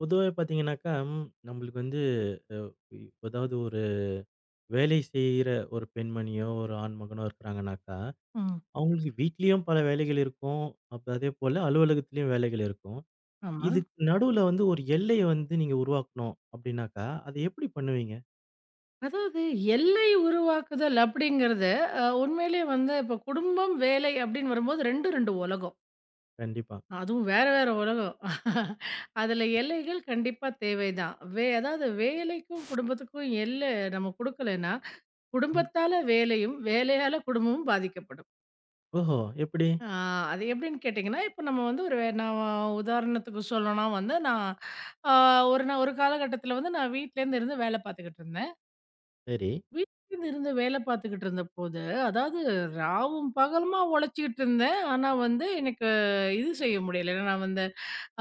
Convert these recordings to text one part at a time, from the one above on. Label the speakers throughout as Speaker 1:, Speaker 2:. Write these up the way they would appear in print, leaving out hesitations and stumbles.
Speaker 1: பொதுவாவே பார்த்தீங்கன்னாக்கா, ம், நம்மளுக்கு வந்து அதாவது ஒரு வேலை செய்ற ஒரு பெண்மணியோ, ஒரு ஆண் மகனோ இருக்கிறாங்கனாக்கா,
Speaker 2: ம்.
Speaker 1: அவங்களுக்கு வீட்லயும் பல வேலைகள் இருக்கும். அப்ப அதேபோல அலுவலகத்திலயும் வேலைகள் இருக்கும்.
Speaker 2: ஆமா.
Speaker 1: இதுக்கு நடுவுல வந்து ஒரு எல்லைய வந்து நீங்க உருவாக்கணும் அப்படின்னாக்கா, அத எப்படி பண்ணுவீங்க?
Speaker 2: அதாவது எல்லை உருவாக்குதல் அப்படிங்கிறது, உண்மையிலேயே வந்து இப்ப குடும்பம், வேலை அப்படின்னு வரும்போது 2 உலகம்.
Speaker 1: கண்டிப்பா.
Speaker 2: அதுவும் வேற வேற உலகம். அதுல எல்லைகள் கண்டிப்பா தேவைதான். அதாவது வேலைக்கும், குடும்பத்துக்கும் நம்ம குடுக்கலைன்னா,
Speaker 1: ம்.
Speaker 2: குடும்பத்தால வேலையும், வேலையால குடும்பமும் பாதிக்கப்படும்.
Speaker 1: ஓஹோ! எப்படி?
Speaker 2: ஆ, அது எப்படின்னு கேட்டீங்கன்னா, இப்ப நம்ம வந்து நான் உதாரணத்துக்கு சொல்லணும்னா வந்து, நான் அ ஒரு ஒரு காலகட்டத்தில வந்து நான் வீட்லேருந்து இருந்து வேலை பார்த்துக்கிட்டு இருந்தேன்.
Speaker 1: சரி.
Speaker 2: வீட்ல இருந்து வேலை பார்த்துக்கிட்டு இருந்தபோது, அதாவது ராவும் பகலுமா உழைச்சுக்கிட்டு இருந்தேன். ஆனா வந்து எனக்கு இது செய்ய முடியல. ஏன்னா நான் வந்து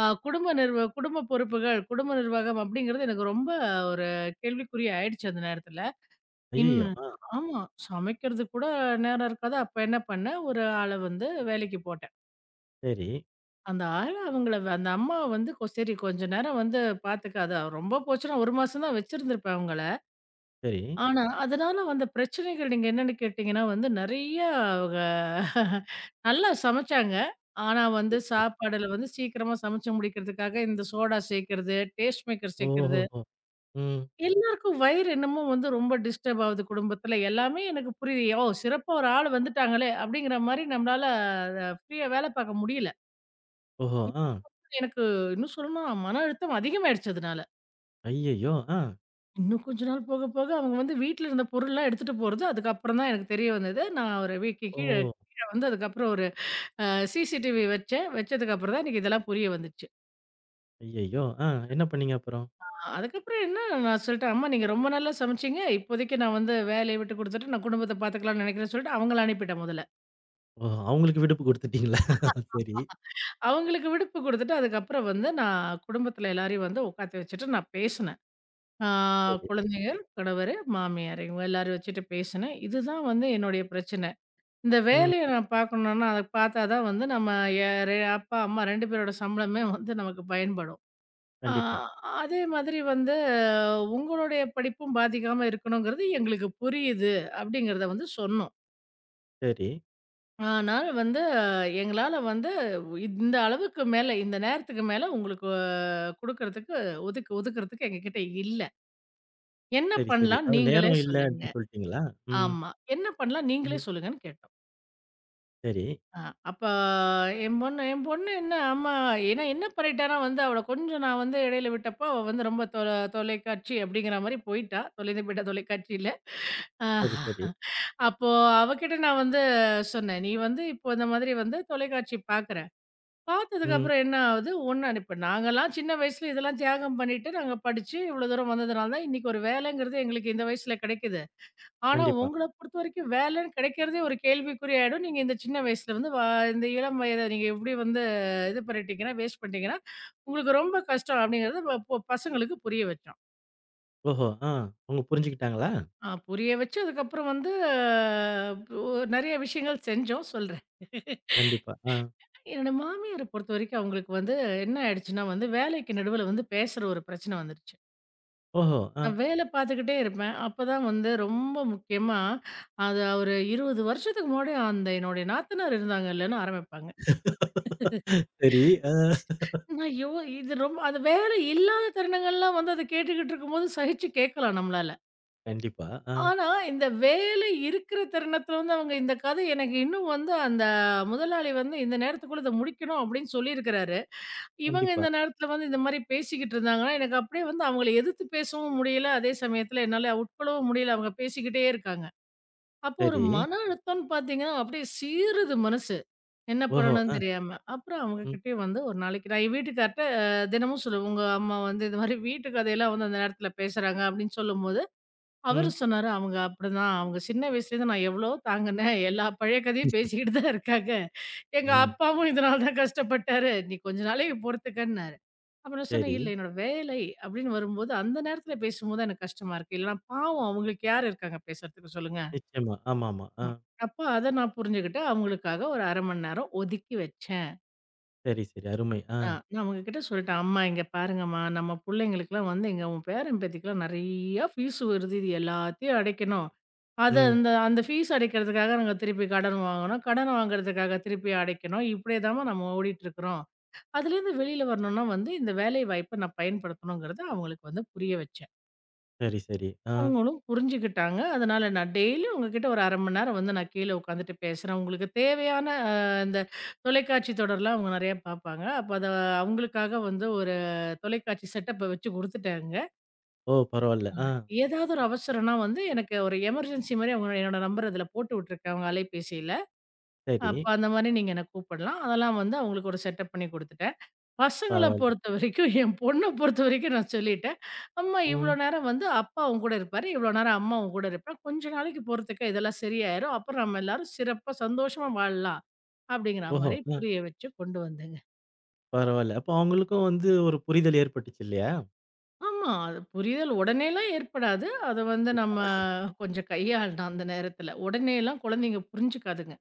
Speaker 2: அ குடும்ப நிர்வ குடும்ப பொறுப்புகள், குடும்ப நிர்வாகம் அப்படிங்கிறது எனக்கு ரொம்ப ஒரு கேள்விக்குறி ஆயிடுச்சு அந்த நேரத்துல. இன்
Speaker 1: ஐய்யய்யோ! ஆ.
Speaker 2: ஆமா. சமைக்கிறதுக்கு கூட நேரம் இருக்காது. அப்ப என்ன பண்ணேன், ஒரு ஆள வந்து வேலைக்கு போட்டேன்.
Speaker 1: சரி,
Speaker 2: அந்த ஆள அந்த அம்மா வந்து சரி கொஞ்ச நேரம் வந்து பார்த்துக்க. அது ரொம்ப போச்சுன்னா 1 மாசம் தான் வச்சிருந்திருப்பேன் அவங்கள.
Speaker 1: சரி,
Speaker 2: ஆனா, அதனால வந்த பிரச்சனைகள் நீங்க என்னன்னு கேட்டீங்கன்னா வந்து நெறைய அவங்க நல்லா சமைச்சாங்க. ஆனா
Speaker 1: சரி,
Speaker 2: வந்து
Speaker 1: சரி.
Speaker 2: சாப்பாடுல வந்து சீக்கிரமா சமைச்சு முடிக்கிறதுக்காக இந்த சோடா சேர்க்கிறது, டேஸ்ட் மேக்கர் சேர்க்கிறது.
Speaker 1: ஓஹோஹோ! ம்.
Speaker 2: எல்லாருக்கும் வயிறு என்னமோ வந்து ரொம்ப டிஸ்டர்ப் ஆகுது குடும்பத்துல. எல்லாமே எனக்கு புரியுது. "ஓ! சிறப்பா ஒரு ஆள் வந்துட்டாங்களே!" அப்படிங்கிற மாரி நம்மளால அத ஃப்ரீயா வேல பார்க்க முடியல.
Speaker 1: ஓஹோ! ஆ.
Speaker 2: எனக்கு இன்னும் சொல்லணும்னா மன அழுத்தம் அதிகமாயிடுச்சு அதனால.
Speaker 1: ஐய்யய்யோ! ஆ.
Speaker 2: இன்னும் கொஞ்ச நாள் போக, போக அவங்க வந்து வீட்ல இருந்த பொருள்லாம் எடுத்துட்டு போறது, அதுக்கப்புறம் தான் எனக்கு தெரிய வந்தது. நான் ஒரு வீக்கு
Speaker 1: ஓ!
Speaker 2: கீழ கீழ வந்து அதுக்கப்புறம் ஒரு அ சிசிடிவி வச்சேன். வச்சதுக்கப்புறம் தான் எனக்கு இதெல்லாம் புரிய வந்துச்சு.
Speaker 1: ஐய்யய்யோ! ஆ. என்ன பண்ணீங்க அப்புறம்?
Speaker 2: அதுக்கப்புறம் நான் சொல்லிட்டேன், "அம்மா நீங்க ரொம்ப நல்லா சமைச்சீங்க. இப்போதைக்கு நான் வந்து வேலைய விட்டு குடுத்துட்டு, நான் குடும்பத்த பார்த்துக்கலாம்னு நெனைக்கிறேன்னு" சொல்லிட்டு அவங்கள அனுப்பிட்டேன் முதல்ல.
Speaker 1: ஓ! அவங்களுக்கு விடுப்பு குடுத்துட்டீங்களா? சரி.
Speaker 2: அவங்களுக்கு விடுப்பு குடுத்துட்டு, அதுக்கப்புறம் வந்து நான் குடும்பத்தில எல்லாரையும் வந்து உட்காத்தி வச்சுட்டு நான் பேசினேன். ஆ,
Speaker 1: சரி.
Speaker 2: குழந்தைகள், கணவர், மாமியார் இவங்க எல்லாரையும் வச்சுட்டு பேசினேன். இதுதான் வந்து என்னுடைய பிரச்சனை. இந்த
Speaker 1: ம்.
Speaker 2: வேலைய நான் பார்க்கணும்னா, அத பார்த்தா தான் வந்து நம்ம எ ரெ அப்பா, அம்மா 2 பேரோட சம்பளமே வந்து நமக்கு பயன்படும். ஆ,
Speaker 1: கண்டிப்பா.
Speaker 2: அதே மாதிரி வந்து உங்களுடைய படிப்பும் பாதிக்காம இருக்கணுங்கிறது எங்களுக்கு புரியுது அப்படிங்கிறத வந்து சொன்னோம்.
Speaker 1: சரி,
Speaker 2: ஆனால் வந்து எங்களால வந்து இந்த அளவுக்கு மேல, இந்த நேரத்துக்கு மேல உங்களுக்கு குடுக்கறதுக்கு ஒதுக்குறதுக்கு எங்ககிட்ட இல்ல. என்ன
Speaker 1: சரி, சரி.
Speaker 2: பண்ணலாம்
Speaker 1: அதாவது
Speaker 2: நீங்களே
Speaker 1: நேரம் இல்ல
Speaker 2: சொல்லுங்க.
Speaker 1: அப்படின்னு சொல்லிட்டீங்களா? ம்,
Speaker 2: ஆமா. என்ன பண்ணலாம் நீங்களே
Speaker 1: ம்.
Speaker 2: சொல்லுங்கன்னு கேட்டோம்.
Speaker 1: சரி,
Speaker 2: ஆ, அப்ப என் பொண்ணு என்ன அம்மா ஏன்னா என்ன பண்ணிட்டேன்னா வந்து அவள கொஞ்சம் நான் வந்து இடையில விட்டப்போ அவ வந்து ரொம்ப தொலைக்காட்சி அப்படிங்கிற மாதிரி போயிட்டா தொலைந்து போயிட்டா தொலைக்காட்சியில. ஆஹ்,
Speaker 1: சரி, சரி.
Speaker 2: அப்போ அவகிட்ட நான் வந்து சொன்னேன் நீ வந்து இப்போ இந்த மாதிரி வந்து தொலைக்காட்சி பார்த்ததுக்கு
Speaker 1: ம்.
Speaker 2: அப்புறம் என்ன ஆகுது ஒண்ணு இப்ப நாங்கெல்லாம் சின்ன வயசுல இதெல்லாம் தியாகம் பண்ணிட்டு நாங்க படிச்சு இவ்வளவு தூரம் வந்ததுனால தான் இன்னைக்கு ஒரு வேலைங்கிறது எங்களுக்கு இந்த வயசுல கிடைக்குது. ஆனா,
Speaker 1: கண்டிப்பா.
Speaker 2: உங்கள பொறுத்தவரைக்கும் வேலைன்னு கிடைக்கிறதே ஒரு கேள்விக்குறி ஆயிடும். நீங்க இந்த சின்ன வயசுல வந்து, இந்த இளம் வயத நீங்க எப்படி வந்து இது பண்ணிட்டீங்கன்னா, வேஸ்ட் பண்ணிட்டீங்கன்னா, உங்களுக்கு ரொம்ப கஷ்டம் அப்படிங்கிறது வ பொ பசங்களுக்கு புரிய வச்சோம்.
Speaker 1: ஓஹோ! ஆ. அவங்க புரிஞ்சுக்கிட்டாங்களா?
Speaker 2: புரிய வச்சு அதுக்கப்புறம் வந்து ஒ நெறைய விஷயங்கள் செஞ்சோம் சொல்றேன்.
Speaker 1: கண்டிப்பா. ஆ.
Speaker 2: என்னோட மாமியார பொறுத்தவரைக்கும் அவங்களுக்கு வந்து என்ன ஆயிடுச்சுன்னா வந்து, வேலைக்கு நடுவுல வந்து பேசுற ஒரு பிரச்சனை வந்துருச்சு.
Speaker 1: ஓஹோ! ஆ.
Speaker 2: நான் வேலை பார்த்துக்கிட்டே இருப்பேன். அப்பதான் வந்து ரொம்ப முக்கியமா, அது ஒரு 20 வருஷத்துக்கு முன்னாடி அந்த என்னுடைய நாத்தனார் இருந்தாங்கல்லன்னு ஆரம்பிப்பாங்க.
Speaker 1: சரி. ஆ.
Speaker 2: நான் யோ இது ரொம்ப அது வேலை இல்லாத தருணங்கள்லாம் வந்து அத கேட்டுக்கிட்டு இருக்கும்போது சகிச்சு கேட்கலாம் நம்மளால.
Speaker 1: கண்டிப்பா. ஆ.
Speaker 2: ஆனா, இந்த வேலை இருக்கிற தருணத்துல வந்து அவங்க இந்த கதை எனக்கு இன்னும் வந்து அந்த முதலாளி வந்து இந்த நேரத்துக்குள்ள இத முடிக்கணும் அப்படின்னு சொல்லியிருக்கிறாரு. இவங்க
Speaker 1: கண்டிப்பா.
Speaker 2: இந்த நேரத்துல வந்து இந்த மாரி பேசிக்கிட்டு இருந்தாங்கன்னா, எனக்கு அப்படியே வந்து அவங்கள எதிர்த்து பேசவும் முடியல. அதே சமயத்துல என்னால உட்கொள்ளவும் முடியல. அவங்க பேசிக்கிட்டே இருக்காங்க. அப்போ ஒரு
Speaker 1: சரி.
Speaker 2: மன அழுத்தம்னு பார்த்தீங்கன்னா, அப்படியே சீறுது மனசு. என்ன
Speaker 1: ஓஹோ!
Speaker 2: பண்ணணும்னு
Speaker 1: ஆ.
Speaker 2: தெரியாம. அப்புறம் அவங்க
Speaker 1: ம்,
Speaker 2: கிட்டயே வந்து ஒரு நாளைக்கு நான் என் வீட்டுக்கார்ட்ட தினமும் சொல்லுவேன். உங்க அம்மா வந்து இந்த மாரி வீட்டு கதையெல்லாம் வந்து அந்த நேரத்துல பேசுறாங்க அப்படின்னு சொல்லும்போது அவரு
Speaker 1: ம்.
Speaker 2: சொன்னாரு, "அவங்க அப்படிதான். அவங்க சின்ன வயசுலேருந்து நான் எவ்வளோ தாங்குனேன். எல்லா பழைய கதையும் பேசிக்கிட்டு தான் இருக்காங்க. எங்க
Speaker 1: ம்.
Speaker 2: அப்பாவும் இதனால தான் கஷ்டப்பட்டாரு. நீ கொஞ்ச நாளைக்கு பொறுத்துக்கன்னாரு." அப்ப நான் சொன்னேன்,
Speaker 1: சரி.
Speaker 2: "இல்ல என்னோட வேலை அப்படின்னு வரும்போது, அந்த நேரத்துல பேசும்போது தான் எனக்கு கஷ்டமா இருக்கு. இல்லன்னா பாவம் அவங்களுக்கு யார் இருக்காங்க பேசுறதுக்கு சொல்லுங்க."
Speaker 1: நிச்சயமா. ஆமாமா. ஆ.
Speaker 2: ம். அப்ப அத நான் புரிஞ்சுகிட்டு, அவங்களுக்காக ஒரு 1/2 மணி நேரம் ஒதுக்கி வச்சேன்.
Speaker 1: சரி, சரி. அருமை. ஆ.
Speaker 2: ஆ, நான் அவங்ககிட்ட சொல்லிட்டேன், "அம்மா இங்க பாருங்கம்மா, நம்ம புள்ளைங்களுக்குலாம் வந்து எங்க உன் பேரன், பேத்திக்குலாம் நெறையா ஃபீஸ் வருது. இது எல்லாத்தையும் அடைக்கணும்.
Speaker 1: ம்.
Speaker 2: அந்த அந்த ஃபீஸ் அடைக்கிறதுக்காக நாங்க திருப்பி கடன் வாங்கணும். கடன் வாங்குறதுக்காக திருப்பி அடைக்கணும். இப்படியேதாம்மா நம்ம ஓடிட்டுருக்குறோம். அதுலேருந்து வெளியில வரணும்னா வந்து, இந்த வேலை வாய்ப்ப நான் பயன்படுத்தணுங்கிறத" அவங்களுக்கு வந்து புரிய வச்சேன்.
Speaker 1: சரி, சரி. ஆ.
Speaker 2: அவங்களும் புரிஞ்சுக்கிட்டாங்க. அதனால நான் டெய்லியும் உங்ககிட்ட ஒரு 1/2 மணி நேரம் வந்து நான் கீழ உட்காந்துட்டு பேசுறேன். உங்களுக்கு தேவையான இந்த தொலைக்காட்சி தொடர்லாம் அவங்க நெறையா பார்ப்பாங்க. அப்ப அத அவங்களுக்காக வந்து ஒரு தொலைக்காட்சி செட்டப்ப வச்சு குடுத்துட்டேங்க.
Speaker 1: ஓ! பரவால்ல. ஆ.
Speaker 2: ஏதாவது ஒரு அவசரம்னா வந்து எனக்கு ஒரு எமர்ஜென்சி மாரி அவங்க என்னோட நம்பர் அதில போட்டு விட்டுருக்கேன் அவங்க அலைபேசியில.
Speaker 1: சரி.
Speaker 2: அப்ப அந்த மாரி நீங்க என்ன கூப்பிடலாம். அதெல்லாம் வந்து அவங்களுக்கு ஒரு செட்டப் பண்ணி குடுத்துட்டேன். பசங்கள
Speaker 1: பரவால்ல.
Speaker 2: பொறுத்தவரைக்கும், என் பொண்ண பொறுத்தவரைக்கும் நான் சொல்லிட்டேன். அம்மா
Speaker 1: ம்.
Speaker 2: இவ்வளோ நேரம் வந்து அப்பா உன் கூட இருப்பாரு. இவ்வளோ நேரம் அம்மா உன் கூட இருப்பா. கொஞ்ச நாளைக்கு பொறுத்துக்க இதெல்லாம் சரியாயிரும். அப்புறம் நம்ம எல்லாரும் சிறப்பா சந்தோஷமா வாழலாம். அப்படிங்கிற
Speaker 1: ஓஹோ!
Speaker 2: மாரி புரிய வச்சு கொண்டு வந்தேங்க.
Speaker 1: பரவால்ல. அப்ப அவங்களுக்கும் வந்து ஒரு புரிதல் ஏற்பட்டுச்சு இல்லையா?
Speaker 2: ஆமா. அது புரிதல் உடனேலாம் ஏற்படாது. அத வந்து நம்ம கொஞ்சம் கையாளணும் அந்த நேரத்துல. உடனேலாம் குழந்தைங்க புரிஞ்சுக்காதுங்க.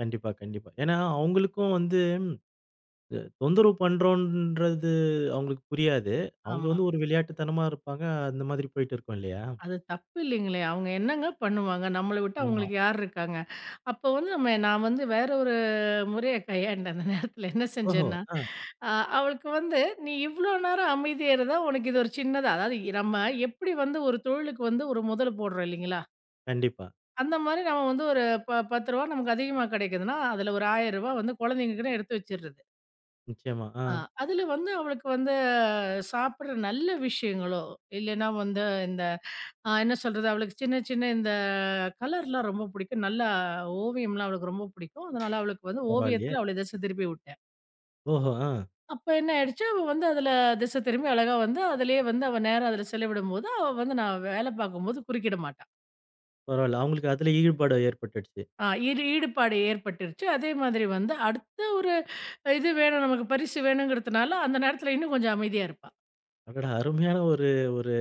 Speaker 1: கண்டிப்பா, கண்டிப்பா. ஏன்னா அவங்களுக்கும் வந்து தொந்தரவு பண்றோன்றது அவங்களுக்கு புரியாது. அவங்க
Speaker 2: ஆமா.
Speaker 1: வந்து ஒரு விளையாட்டுத்தனமா இருப்பாங்க. அந்த மாதிரி போயிட்டு இருக்கும் இல்லையா?
Speaker 2: அது தப்பு இல்லைங்களே! அவங்க என்னங்க பண்ணுவாங்க? நம்மள விட்டு
Speaker 1: ஆமா.
Speaker 2: அவங்களுக்கு யார் இருக்காங்க? அப்போ வந்து நான் வந்து வேற ஒரு முறைய கையாண்டேன் அந்த நேரத்தில. என்ன
Speaker 1: ஓஹோ!
Speaker 2: செஞ்சேன்னா,
Speaker 1: ஆ
Speaker 2: அ அவளுக்கு வந்து "நீ இவ்ளோ நேரம் அமைதியா இருந்தா, உனக்கு இது ஒரு சின்னதா" அதாவது நம்ம எப்படி வந்து ஒரு தொழிலுக்கு வந்து ஒரு முதல் போடுறோம் இல்லைங்களா?
Speaker 1: கண்டிப்பா.
Speaker 2: அந்த மாரி நம்ம வந்து ஒரு ரூ. 10 நமக்கு அதிகமா கிடைக்குதுன்னா, அதில ஒரு ரூ. 1000 வந்து குழந்தைங்கக்குன்னு எடுத்து வச்சுர்றது.
Speaker 1: நிச்சயமா. ஆ
Speaker 2: ஆ, அதில வந்து அவளுக்கு வந்து சாப்பிடுற நல்ல விஷயங்களோ, இல்லைன்னா வந்து இந்த என்ன சொல்றது? அவளுக்கு சின்ன சின்ன இந்த கலர்லாம் ரொம்ப பிடிக்கும். நல்லா ஓவியம்லாம் அவளுக்கு ரொம்ப பிடிக்கும். அதனால அவளுக்கு வந்து
Speaker 1: பரவாயில்லையே!
Speaker 2: ஓவியத்துல அவள திசை திருப்பி விட்டேன்.
Speaker 1: ஓஹோ! ஆ
Speaker 2: அப்ப என்ன ஆயிடுச்சு, அவ வந்து அதுல திசை திரும்பி அழகா வந்து அதிலயே வந்து அவ நேரம் அதுல செலவிடும்போது, அவ வந்து நான் வேலை பார்க்கும்போது குறுக்கிட மாட்டா.
Speaker 1: பரவால்ல. அவங்களுக்கு அதுல ஈடுபாடு ஏற்பட்டுடுச்சு.
Speaker 2: ஆ ஈடு ஈடுபாடு ஏற்பட்டுருச்சு. அதே மாதிரி வந்து அடுத்த ஒரு இது வேணும் நமக்கு பரிசு வேணுங்கிறதுனால, அந்த நேரத்துல இன்னும் கொஞ்சம் அமைதியா இருப்பா.
Speaker 1: அடடா! அருமையான ஒரு ஒரு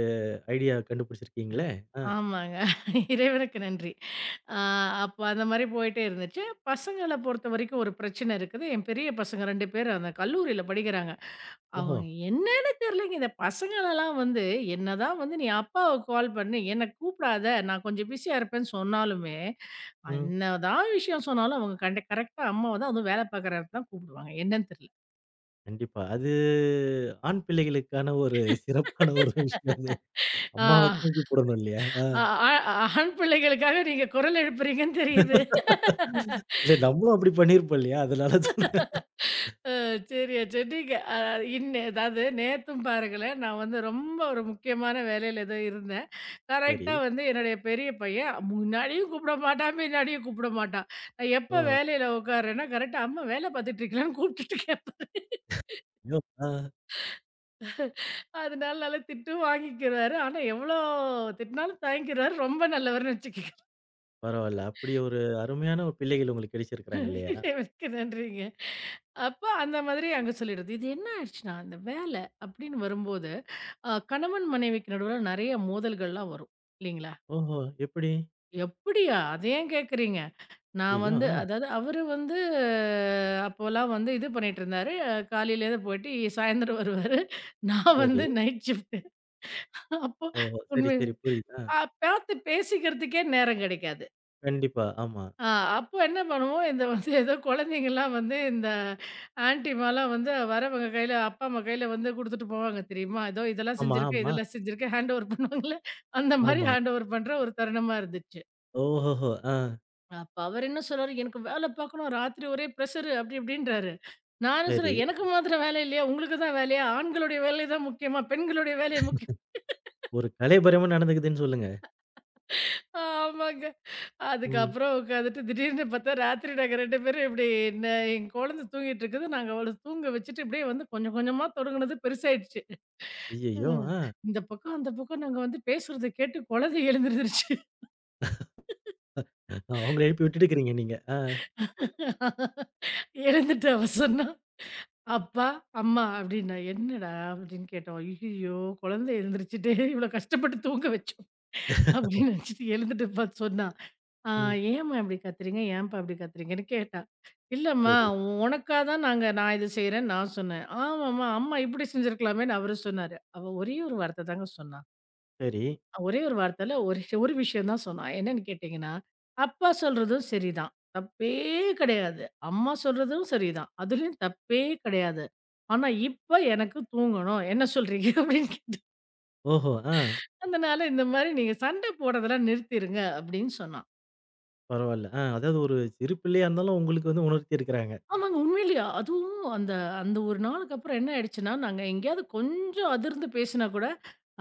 Speaker 1: ஐடியா கண்டுபிடிச்சிருக்கீங்களே! ஆ.
Speaker 2: ஆமாங்க. இறைவனுக்கு நன்றி. ஆ, அப்ப அந்த மாரி போயிட்டே இருந்துச்சு. பசங்கள பொறுத்தவரைக்கும் ஒரு பிரச்சனை இருக்குது. என் பெரிய பசங்க 2 பேரு அந்த கல்லூரியில படிக்கிறாங்க.
Speaker 1: ஓஹோ!
Speaker 2: அவங்க என்னன்னு தெரியலங்க. இந்த பசங்களலாம் வந்து, என்னதான் வந்து நீ அப்பாவ கால் பண்ணி, "என்ன கூப்பிடாத, நான் கொஞ்சம் பிஸியா இருப்பேன்னு" சொன்னாலுமே,
Speaker 1: ம்.
Speaker 2: என்னதான் விஷயம் சொன்னாலும் அவங்க கண்ட கரெக்ட்டா அம்மாவ தான், அதுவும் வேலை பார்க்குற இடத்த தான் கூப்பிடுவாங்க. என்னன்னு தெரியல.
Speaker 1: கண்டிப்பா. அது ஆண் பிள்ளைகளுக்கான ஒரு சிறப்பான ஒரு விஷயம் அது. அம்மாவ
Speaker 2: ஆ,
Speaker 1: தூக்கி போடணும் இல்லையா? ஆ.
Speaker 2: ஆ ஆ ஆண் பிள்ளைகளுக்காக நீங்க குரல் எழுப்புறீங்கன்னு தெரியுது.
Speaker 1: இல்ல நம்மளும் அப்படி பண்ணியிருப்போம் இல்லையா? அதனால சொல்றேன்.
Speaker 2: சரியா சொன்னீங்க. அ இன்ன அதாவது நேத்தும் பாருங்களேன், நான் வந்து ரொம்ப ஒரு முக்கியமான வேலையில ஏதோ இருந்தேன்.
Speaker 1: சரி.
Speaker 2: கரெக்ட்டா வந்து என்னுடைய பெரிய பையன் முன்னாடியும் கூப்பிட மாட்டான், பின்னாடியும் கூப்பிட மாட்டான். நான் எப்ப
Speaker 1: ஓ!
Speaker 2: வேலையில உட்கார்றேன்னா, கரெக்ட்டா அம்மா வேலை பார்த்துட்டு இருக்கீங்களான்னு கூப்பிட்டுட்டு கேட்பாரு.
Speaker 1: ஐயோ! ஆ.
Speaker 2: அதனால நல்லா திட்டும் வாங்கிக்கிறாரு. ஆனா எவ்வளோ திட்டினாலும் தாங்கிக்கிறாரு. ரொம்ப நல்லவர்ன்னு வச்சுக்கோங்களேன்.
Speaker 1: பரவால்ல. அப்படி ஒரு அருமையான ஒரு பிள்ளைகள் உங்களுக்கு கிடைச்சிருக்கிறாங்க இல்லையா?
Speaker 2: இறைவனுக்கு நன்றிங்க. அப்ப அந்த மாதிரி அங்க சொல்லிடுறது. இது என்ன ஆயிடுச்சுன்னா, இந்த வேலை அப்படின்னு வரும்போது கணவன் மனைவிக்கு நடுவுல நெறைய மோதல்கள்லாம் வரும். இல்லீங்களா?
Speaker 1: ஓஹோ! எப்படி?
Speaker 2: "எப்படியா? அத ஏன் கேட்கிறீங்க? நான்
Speaker 1: ஐயய்யோ!
Speaker 2: வந்து"
Speaker 1: ஆ.
Speaker 2: அதாவது அவரு வந்து அப்போலாம் வந்து இது பண்ணிட்டு இருந்தாரு. காலையில இருந்து போயிட்டு சாயந்தரம் வருவாரு. நான்
Speaker 1: சரி.
Speaker 2: வந்து நைட் ஷிஃப்ட். அப்போ
Speaker 1: ஓஹோ! சரி,
Speaker 2: உண்மை
Speaker 1: சரி. புரியுது. ஆ.
Speaker 2: அ பார்த்து பேசிக்கிறதுக்கே நேரம் கிடைக்காது.
Speaker 1: கண்டிப்பா. ஆமா.
Speaker 2: ஆ, அப்போ என்ன பண்ணுவோம், இந்த வந்து ஏதோ குழந்தைங்கலாம் வந்து இந்த ஆன்டிமாலாம் வந்து வரவங்க கையில, அப்பா அம்மா கையில வந்து குடுத்துட்டு போவாங்க தெரியுமா? ஏதோ இதெல்லாம்
Speaker 1: ஆமா,
Speaker 2: செஞ்சிருக்கேன்,
Speaker 1: ஆமா,
Speaker 2: இதெல்லாம் செஞ்சிருக்கேன் ஹேண்ட் ஓவர் பண்ணுவாங்கல்ல, அந்த மாரி
Speaker 1: ஆமா.
Speaker 2: ஹேண்ட் ஓவர் பண்ற ஒரு தருணமா இருந்துச்சு.
Speaker 1: ஓஹோஹோ! ஆ.
Speaker 2: அப்ப அவர் என்ன சொல்றாரு, "எனக்கு வேலை பார்க்கணும், ராத்திரி ஒரே ப்ரெஷரு" அப்படி இப்படின்றாரு. நானும்
Speaker 1: சரி.
Speaker 2: சொல்றேன், "எனக்கு மாத்திரம் வேலை இல்லையா? உங்களுக்கு தான் வேலையா? ஆண்களுடைய வேலை தான் முக்கியமா? பெண்களுடைய வேலை முக்கியம்."
Speaker 1: ஒரு கலைபயரமா நடந்துக்குதுன்னு சொல்லுங்க.
Speaker 2: ஆமாங்க.
Speaker 1: ம்.
Speaker 2: அதுக்கப்புறம் உட்காந்துட்டு திடீர்னு பார்த்தா ராத்திரி நாங்க 2 பேரும் இப்டி என்ன என் குழந்தை தூங்கிட்டு இருக்குது. நாங்க அவள தூங்க வச்சுட்டு இப்டியே வந்து கொஞ்சம் கொஞ்சமா தொடங்குனது பெருசாயிடுச்சு. அ
Speaker 1: ஐயய்யோ! ஆ.
Speaker 2: இந்த பக்கம், அந்த பக்கம் நாங்க வந்து பேசுறத கேட்டு குழந்தை எழுந்திருந்துருச்சு.
Speaker 1: அவங்கள எழுப்பி விட்டுட்டுருக்கிறீங்க நீங்க. ஆ.
Speaker 2: எழுந்துட்டு அவ சொன்னா, "அப்பா, அம்மா" அப்டின்னா. "என்னடா?" அப்டின்னு கேட்டோம். "ஐயய்யோ! குழந்தை எழுந்திரிச்சுட்டு இவ்வளோ கஷ்டப்பட்டு தூங்க வச்சோம்" அப்டின்னு நெனச்சுட்டு எழுந்துட்டு பார்த்து சொன்னா. ஆ,
Speaker 1: ம்.
Speaker 2: "ஏம்மா இப்படி கத்துறீங்க? ஏன்ப்பா இப்படி கத்துறீங்கன்னு?" கேட்டா. "இல்லம்மா,
Speaker 1: சரி,
Speaker 2: உனக்கா தான் நான் இது செய்றேன்னு நான் சொன்னேன்." "ஆமாம்மா, அம்மா இப்படி செஞ்சிருக்கலாமேன்னு" அவரு சொன்னாரு. அவ ஒரே ஒரு வார்த்த தாங்க சொன்னா.
Speaker 1: சரி.
Speaker 2: ஒரே ஒரு வார்த்தையில ஒரு ஒரு விஷயம் தான் சொன்னா. என்னன்னு கேட்டீங்கன்னா, "அப்பா சொல்றதும் சரிதான். தப்பே கிடையாது. அம்மா சொல்றதும் சரிதான். அதுலயும் தப்பே கிடையாது. ஆனா இப்ப எனக்கு தூங்கணும். என்ன சொல்றீங்க?" அப்படின்னு கேட்டா.
Speaker 1: ஓஹோ! ஆ.
Speaker 2: "அதனால இந்த மாரி நீங்க சண்டை போடுறதெல்லாம் நிறுத்திருங்க" அப்படின்னு சொன்னா.
Speaker 1: பரவால்ல. ஆ. அதாவது ஒரு சிறு பிள்ளையா இருந்தாலும் உங்களுக்கு வந்து உணர்த்தி இருக்கிறாங்க.
Speaker 2: ஆமாங்க. உண்மையிலயா? அதுவும் அந்த அந்த ஒரு நாளுக்கு அப்புறம் என்ன ஆயிடுச்சுன்னா, நாங்க எங்கேயாவது கொஞ்சம் அதிர்ந்து பேசினா கூட,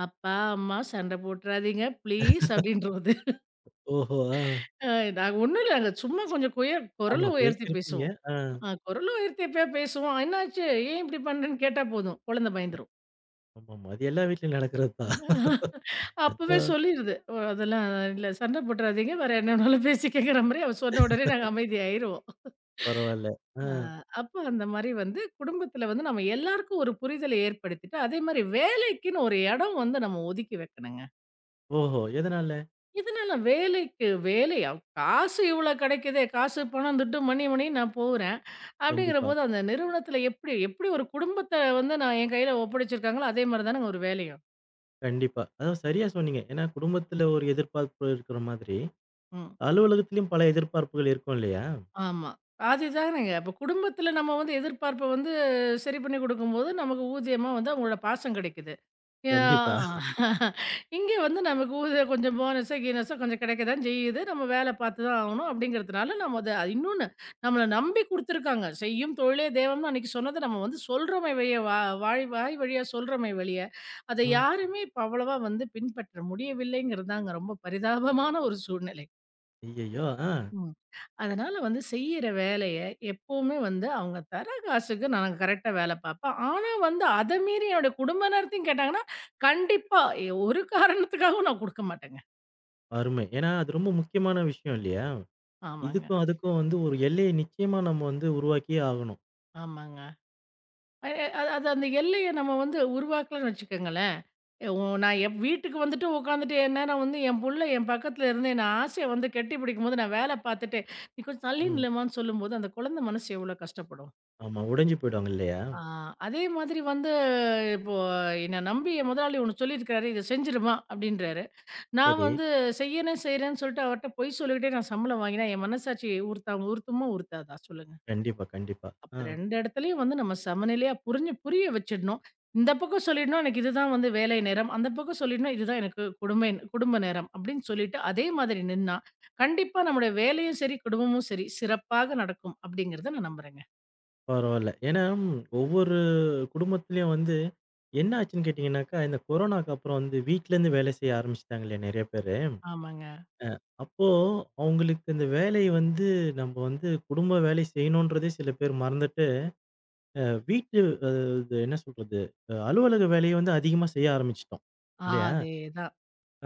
Speaker 2: "அப்பா, அம்மா சண்டை போட்டுறாதீங்க ப்ளீஸ்" அப்படின்றும் அது.
Speaker 1: ஓஹோ! ஆ.
Speaker 2: அ நாங்க ஒண்ணும் இல்ல. நாங்க சும்மா கொஞ்சம் குரல
Speaker 1: ஆமா
Speaker 2: உயர்த்தி
Speaker 1: பேசியிருப்பீங்க.
Speaker 2: பேசுவோம்.
Speaker 1: ஆ.
Speaker 2: குரல உயர்த்தி எப்பயா பேசுவோம். "என்னாச்சு? ஏன் இப்படி பண்றேன்னு?" கேட்டா போதும். குழந்தை பயந்துரும்.
Speaker 1: ஆமாமா. அது எல்லா வீட்லயும் நடக்கிறது தான்.
Speaker 2: அப்பவே
Speaker 1: ஆ
Speaker 2: சொல்லிருது. "ஓ அதெல்லாம் இல்ல சண்டை போட்டுறாதீங்க. வேற என்ன வேணாலும் பேசிக்கங்கற" மாரி அவ சொன்ன உடனே நாங்க அமைதியாயிருவோம்.
Speaker 1: பரவால்ல. ஆ.
Speaker 2: ஆ, அப்ப அந்த மாரி வந்து குடும்பத்துல வந்து நம்ம எல்லாருக்கும் ஒரு புரிதல ஏற்படுத்திட்டு, அதே மாரி வேலைக்குன்னு ஒரு இடம் வந்து நம்ம ஒதுக்கி வைக்கணுங்க.
Speaker 1: ஓஹோ! எதனால?
Speaker 2: இதனால வேலைக்கு வேலையா காசு இவ்ளோ கிடைக்குதே, காசு, பணம், துட்டு, மணி மணின்னு நான் போறேன்.
Speaker 1: கண்டிப்பா,
Speaker 2: அப்படிங்கிறபோது அந்த நிறுவனத்துல எப்படி எப்படி ஒரு குடும்பத்த வந்து நான் என் கையில ஒப்படைச்சிருக்காங்களோ, அதே மாரி தானங்க ஒரு வேலையும்.
Speaker 1: கண்டிப்பா. அதாவது சரியா சொன்னீங்க. ஏன்னா குடும்பத்துல ஒரு எதிர்பார்ப்பு இருக்கிற மாதிரி,
Speaker 2: ம்.
Speaker 1: அலுவலகத்திலயும் பல எதிர்பார்ப்புகள் இருக்கும் இல்லையா?
Speaker 2: ஆமா. அதுதானங்க. அப்ப குடும்பத்துல நம்ம வந்து எதிர்பார்ப்ப வந்து சரி பண்ணி குடுக்கும்போது, நமக்கு ஊதியமா வந்து அவங்களோட பாசம் கிடைக்குது. யா
Speaker 1: கண்டிப்பா.
Speaker 2: இங்க வந்து நமக்கு ஊதிய கொஞ்சம் போனஸோ, கீனஸோ கொஞ்சம் கிடைக்க தான் செய்யுது. நம்ம வேலை பார்த்து தான் ஆகணும் அப்படிங்கிறதுனால, நம்ம அத நம்மள நம்பி குடுத்துருக்காங்க. "செய்யும் தொழிலே தெய்வம்னு" அன்னைக்கு சொன்னத நம்ம வந்து சொல்றோமே வெளிய வாய் வாய் வழியா சொல்றோமே வெளிய, அத
Speaker 1: ம்.
Speaker 2: யாருமே இப்ப அவ்வளவா வந்து பின்பற்ற முடியவில்லைங்கிறது தாங்க ரொம்ப பரிதாபமான ஒரு சூழ்நிலை.
Speaker 1: ஐயய்யோ! ஆ.
Speaker 2: ம். அதனால வந்து செய்யிற வேலைய எப்பவுமே வந்து அவங்க தர காசுக்கு நான் கரெக்ட்டா வேல பார்ப்பேன். ஆனா வந்து அத மீறி என்னுடைய குடும்ப நேரத்தையும் கேட்டாங்கன்னா, கண்டிப்பா ஒரு காரணத்துக்காகவும் நான் குடுக்க மாட்டேங்க.
Speaker 1: அருமை. ஏன்னா அது ரொம்ப முக்கியமான விஷயம் இல்லையா?
Speaker 2: ஆமாங்க,
Speaker 1: இதுக்கும் அதுக்கும் வந்து ஒரு எல்லைய நிச்சயமா நம்ம வந்து உருவாக்கியே ஆகணும்.
Speaker 2: ஆமாங்க. அ அது அது அந்த எல்லைய நம்ம வந்து உருவாக்கலன்னு வச்சுக்கோங்களேன், எ உ நான் என் வீட்டுக்கு வந்துட்டு உட்காந்துட்டு எந்நேரம் வந்து என் புள்ள என் பக்கத்துல இருந்து என்ன ஆசைய வந்து கெட்டிப்பிடிக்கும்போது, நான் வேல பார்த்துட்டு, "நீ கொஞ்சம் தள்ளி
Speaker 1: ம்.
Speaker 2: நில்லுமான்னு" சொல்லும்போது, அந்த குழந்தை மனசு எவ்வளோ கஷ்டப்படும்?
Speaker 1: ஆமா. உடைஞ்சு போயிடுவாங்க இல்லையா?
Speaker 2: ஆ, அதே மாதிரி வந்து இப்போ என்ன நம்பி என் முதலாளி ஒண்ணு சொல்லியிருக்கிறாரு, "இத செஞ்சுருமா" அப்படின்றாரு. நான்
Speaker 1: சரி.
Speaker 2: வந்து செய்யறேன், செய்றேன்னு சொல்லிட்டு அவர்ட்ட பொய் சொல்லிக்கிட்டே நான் சம்பளம் வாங்கினா, என் மனசாட்சி உறுத்துமா உறுத்தாதா சொல்லுங்க?
Speaker 1: கண்டிப்பா, கண்டிப்பா.
Speaker 2: அப்ப
Speaker 1: ஆ.
Speaker 2: 2 இடத்துலயும் வந்து நம்ம சமநிலையா புரிய வச்சிடணும். இந்த பக்கம் சொல்லிடணும், "எனக்கு இதுதான் வந்து வேலை நேரம்." அந்த பக்கம் சொல்லிடணும், "இதுதான் எனக்கு குடும்ப குடும்ப நேரம்." அப்படின்னு சொல்லிட்டு அதே மாதிரி நின்னா, கண்டிப்பா நம்முடைய வேலையும் சரி, குடும்பமும் சரி சிறப்பாக நடக்கும் அப்படிங்கிறத நான் நம்புறேங்க.
Speaker 1: பரவால்ல. ஏன்னா, ம், ஒவ்வொரு குடும்பத்திலயும் வந்து என்ன ஆச்சுன்னு கேட்டீங்கன்னாக்கா, இந்த கொரோனாக்கு அப்புறம் வந்து வீட்லருந்து வேலை செய்ய ஆரம்பிச்சுட்டாங்க இல்லையா நெறைய பேரு.
Speaker 2: ஆமாங்க.
Speaker 1: அப்போ அவங்களுக்கு இந்த வேலை வந்து நம்ம வந்து குடும்ப வேலை செய்யணுன்றதே சில பேர் மறந்துட்டு, அ வீட்டு அ இது என்ன சொல்றது? அலுவலக வேலைய வந்து அதிகமா செய்ய ஆரம்பிச்சுட்டோம்.
Speaker 2: ஆ,
Speaker 1: இல்லையா?
Speaker 2: அதேதான்.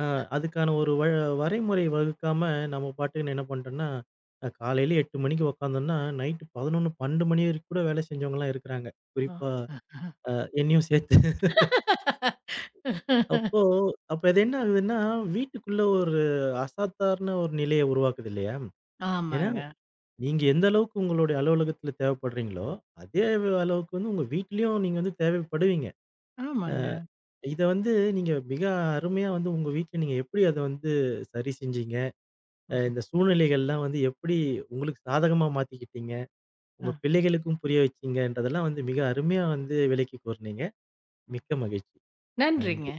Speaker 1: அ அதுக்கான ஒரு வரைமுறை வகுக்காம நம்ம பாட்டுக்குன்னு என்ன பண்ணிட்டோம்னா, காலையில 8:00 மணிக்கு உக்காந்தோம்னா, நைட்டு 11, 12 மணி வரைக்கும் கூட வேலை செஞ்சவங்கலாம் இருக்கிறாங்க.
Speaker 2: ஆ.
Speaker 1: குறிப்பா அ என்னையும் சேர்த்து. அப்போ அப்ப அது என்ன ஆகுதுன்னா, வீட்டுக்குள்ள ஒரு அசாதாரண ஒரு நிலைய உருவாக்குது இல்லையா? ஏன்னா,
Speaker 2: ஆமாங்க,
Speaker 1: நீங்க எந்த அளவுக்கு உங்களுடைய அலுவலகத்துல தேவைப்படுறீங்களோ, அதே அளவுக்கு வந்து உங்க வீட்லயும் நீங்க வந்து தேவைப்படுவீங்க.
Speaker 2: ஆமாங்க.
Speaker 1: இத வந்து நீங்க மிக அருமையா வந்து உங்க வீட்ல நீங்க எப்படி அத வந்து சரி செஞ்சீங்க?
Speaker 2: ம்ஹ்ம்.
Speaker 1: இந்த சூழ்நிலைகள்லாம் வந்து எப்படி உங்களுக்கு சாதகமா மாத்திக்கிட்டீங்க?
Speaker 2: அ.
Speaker 1: உங்க பிள்ளைகளுக்கும் புரிய வச்சீங்கன்றதெல்லாம் வந்து மிக அருமையா வந்து விளக்கி கூறுனீங்க. மிக்க மகிழ்ச்சி.
Speaker 2: நன்றிங்க.
Speaker 1: நன்றி.